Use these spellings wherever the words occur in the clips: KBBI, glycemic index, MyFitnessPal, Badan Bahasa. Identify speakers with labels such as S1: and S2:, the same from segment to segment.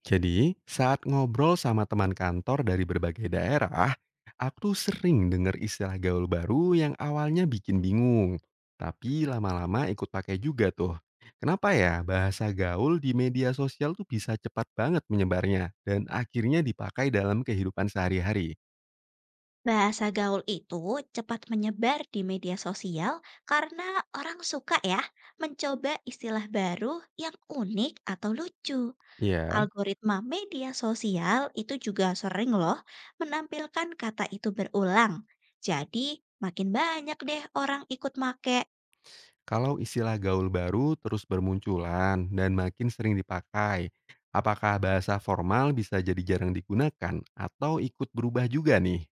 S1: Jadi, saat ngobrol sama teman kantor dari berbagai daerah, aku tuh sering dengar istilah gaul baru yang awalnya bikin bingung. Tapi lama-lama ikut pakai juga tuh. Kenapa ya bahasa gaul di media sosial tuh bisa cepat banget menyebarnya dan akhirnya dipakai dalam kehidupan sehari-hari?
S2: Bahasa gaul itu cepat menyebar di media sosial karena orang suka ya mencoba istilah baru yang unik atau lucu.
S1: Ya,
S2: Algoritma media sosial itu juga sering loh menampilkan kata itu berulang. Jadi makin banyak deh orang ikut make.
S1: kalau istilah gaul baru terus bermunculan dan makin sering dipakai, apakah bahasa formal bisa jadi jarang digunakan atau ikut berubah juga nih?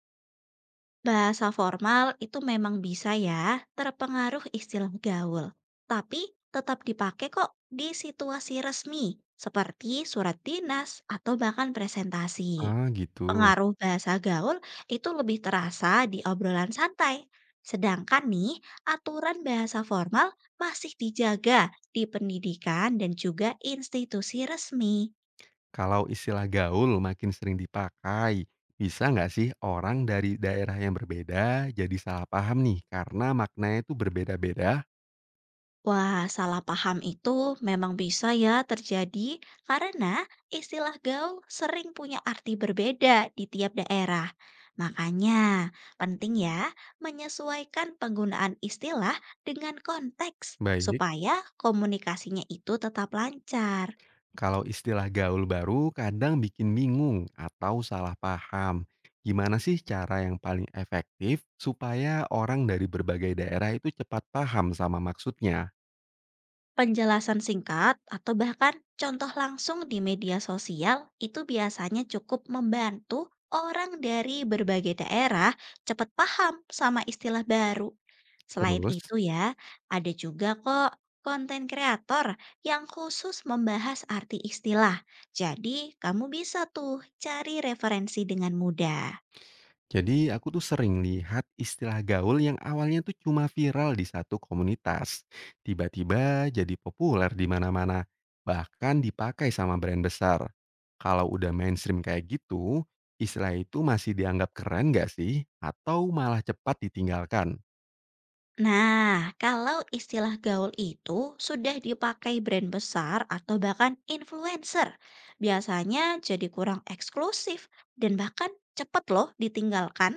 S2: Bahasa formal itu memang bisa ya terpengaruh istilah gaul, tapi tetap dipakai kok di situasi resmi seperti surat dinas atau bahkan presentasi.
S1: Ah, gitu.
S2: Pengaruh bahasa gaul itu lebih terasa di obrolan santai, sedangkan nih aturan bahasa formal masih dijaga di pendidikan dan juga institusi resmi.
S1: Kalau istilah gaul makin sering dipakai, bisa nggak sih orang dari daerah yang berbeda jadi salah paham nih karena maknanya itu berbeda-beda?
S2: Wah, salah paham itu memang bisa ya terjadi karena istilah gaul sering punya arti berbeda di tiap daerah. Makanya, penting ya menyesuaikan penggunaan istilah dengan konteks
S1: Baik,
S2: supaya komunikasinya itu tetap lancar.
S1: kalau istilah gaul baru kadang bikin bingung atau salah paham. Gimana sih cara yang paling efektif supaya orang dari berbagai daerah itu cepat paham sama maksudnya?
S2: Penjelasan singkat atau bahkan contoh langsung di media sosial itu biasanya cukup membantu orang dari berbagai daerah cepat paham sama istilah baru. Selain
S1: Terus?
S2: itu ya, ada juga kok konten kreator yang khusus membahas arti istilah. Jadi, kamu bisa tuh cari referensi dengan mudah.
S1: Jadi aku tuh sering lihat istilah gaul yang awalnya tuh cuma viral di satu komunitas, tiba-tiba jadi populer di mana-mana, bahkan dipakai sama brand besar. Kalau udah mainstream kayak gitu, istilah itu masih dianggap keren gak sih? Atau malah cepat ditinggalkan?
S2: Nah, kalau istilah gaul itu sudah dipakai brand besar atau bahkan influencer, biasanya jadi kurang eksklusif dan bahkan cepet loh ditinggalkan.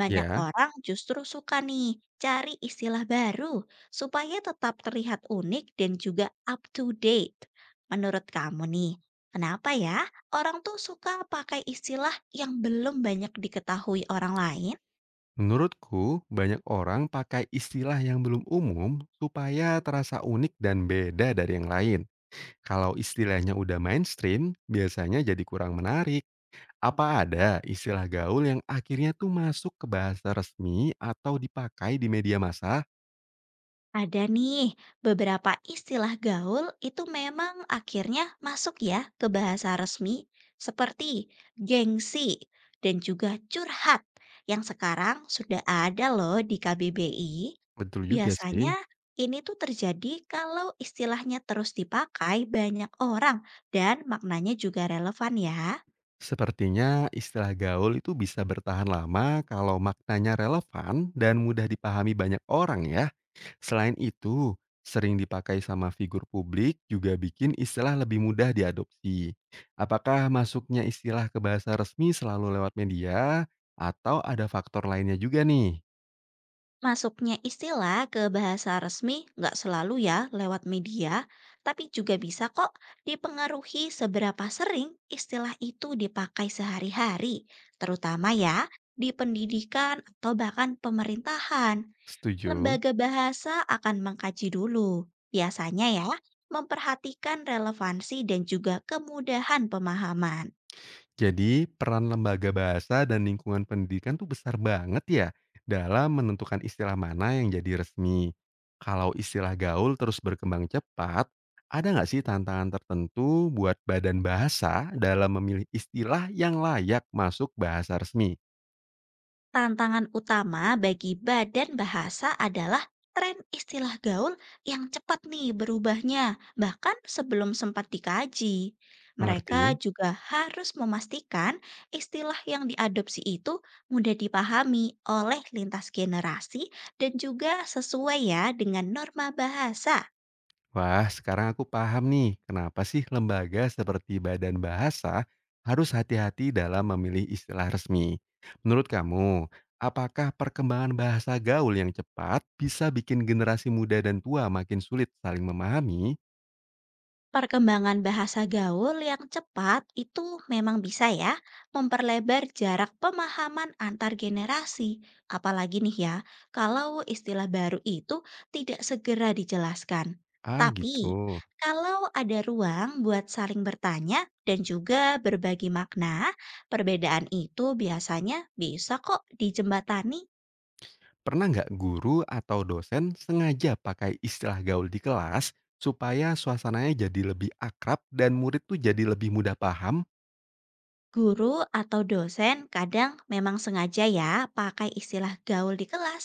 S2: Banyak
S1: Ya,
S2: orang justru suka nih cari istilah baru supaya tetap terlihat unik dan juga up to date. Menurut kamu nih, kenapa ya orang tuh suka pakai istilah yang belum banyak diketahui orang lain?
S1: menurutku banyak orang pakai istilah yang belum umum supaya terasa unik dan beda dari yang lain. Kalau istilahnya udah mainstream, biasanya jadi kurang menarik. Apa ada istilah gaul yang akhirnya tuh masuk ke bahasa resmi atau dipakai di media massa?
S2: Ada nih, beberapa istilah gaul itu memang akhirnya masuk ya ke bahasa resmi seperti gengsi dan juga curhat yang sekarang sudah ada loh di KBBI.
S1: Betul juga sih.
S2: Biasanya ini tuh terjadi kalau istilahnya terus dipakai banyak orang dan maknanya juga relevan ya.
S1: Sepertinya istilah gaul itu bisa bertahan lama kalau maknanya relevan dan mudah dipahami banyak orang ya. Selain itu, sering dipakai sama figur publik juga bikin istilah lebih mudah diadopsi. Apakah masuknya istilah ke bahasa resmi selalu lewat media atau ada faktor lainnya juga nih?
S2: Masuknya istilah ke bahasa resmi nggak selalu ya lewat media, tapi juga bisa kok dipengaruhi seberapa sering istilah itu dipakai sehari-hari, terutama ya di pendidikan atau bahkan pemerintahan.
S1: Setuju?
S2: Lembaga bahasa akan mengkaji dulu, biasanya ya, memperhatikan relevansi dan juga kemudahan pemahaman.
S1: Jadi, peran lembaga bahasa dan lingkungan pendidikan tuh besar banget ya dalam menentukan istilah mana yang jadi resmi. Kalau istilah gaul terus berkembang cepat, ada nggak sih tantangan tertentu buat badan bahasa dalam memilih istilah yang layak masuk bahasa resmi?
S2: Tantangan utama bagi badan bahasa adalah tren istilah gaul yang cepat nih berubahnya, bahkan sebelum sempat dikaji. Mereka
S1: Mengerti?
S2: juga harus memastikan istilah yang diadopsi itu mudah dipahami oleh lintas generasi dan juga sesuai ya dengan norma bahasa.
S1: Wah, sekarang aku paham nih, kenapa sih lembaga seperti Badan Bahasa harus hati-hati dalam memilih istilah resmi. Menurut kamu, apakah perkembangan bahasa gaul yang cepat bisa bikin generasi muda dan tua makin sulit saling memahami?
S2: Perkembangan bahasa gaul yang cepat itu memang bisa ya memperlebar jarak pemahaman antar generasi. Apalagi nih ya, kalau istilah baru itu tidak segera dijelaskan.
S1: Ah,
S2: Tapi,
S1: gitu.
S2: kalau ada ruang buat saling bertanya dan juga berbagi makna, perbedaan itu biasanya bisa kok dijembatani.
S1: Pernah nggak guru atau dosen sengaja pakai istilah gaul di kelas supaya suasananya jadi lebih akrab dan murid tuh jadi lebih mudah paham?
S2: Guru atau dosen kadang memang sengaja ya pakai istilah gaul di kelas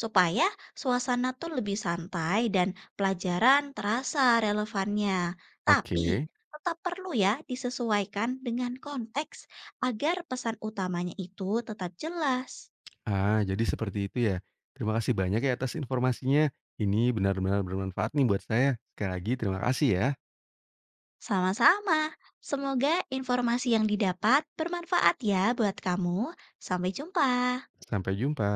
S2: supaya suasana tuh lebih santai dan pelajaran terasa relevannya. Tapi
S1: Oke.
S2: tetap perlu ya disesuaikan dengan konteks agar pesan utamanya itu tetap jelas.
S1: Ah, jadi seperti itu ya. Terima kasih banyak ya atas informasinya. Ini benar-benar bermanfaat nih buat saya. Sekali lagi terima kasih ya.
S2: Sama-sama. Semoga informasi yang didapat bermanfaat ya buat kamu. Sampai jumpa.
S1: Sampai jumpa.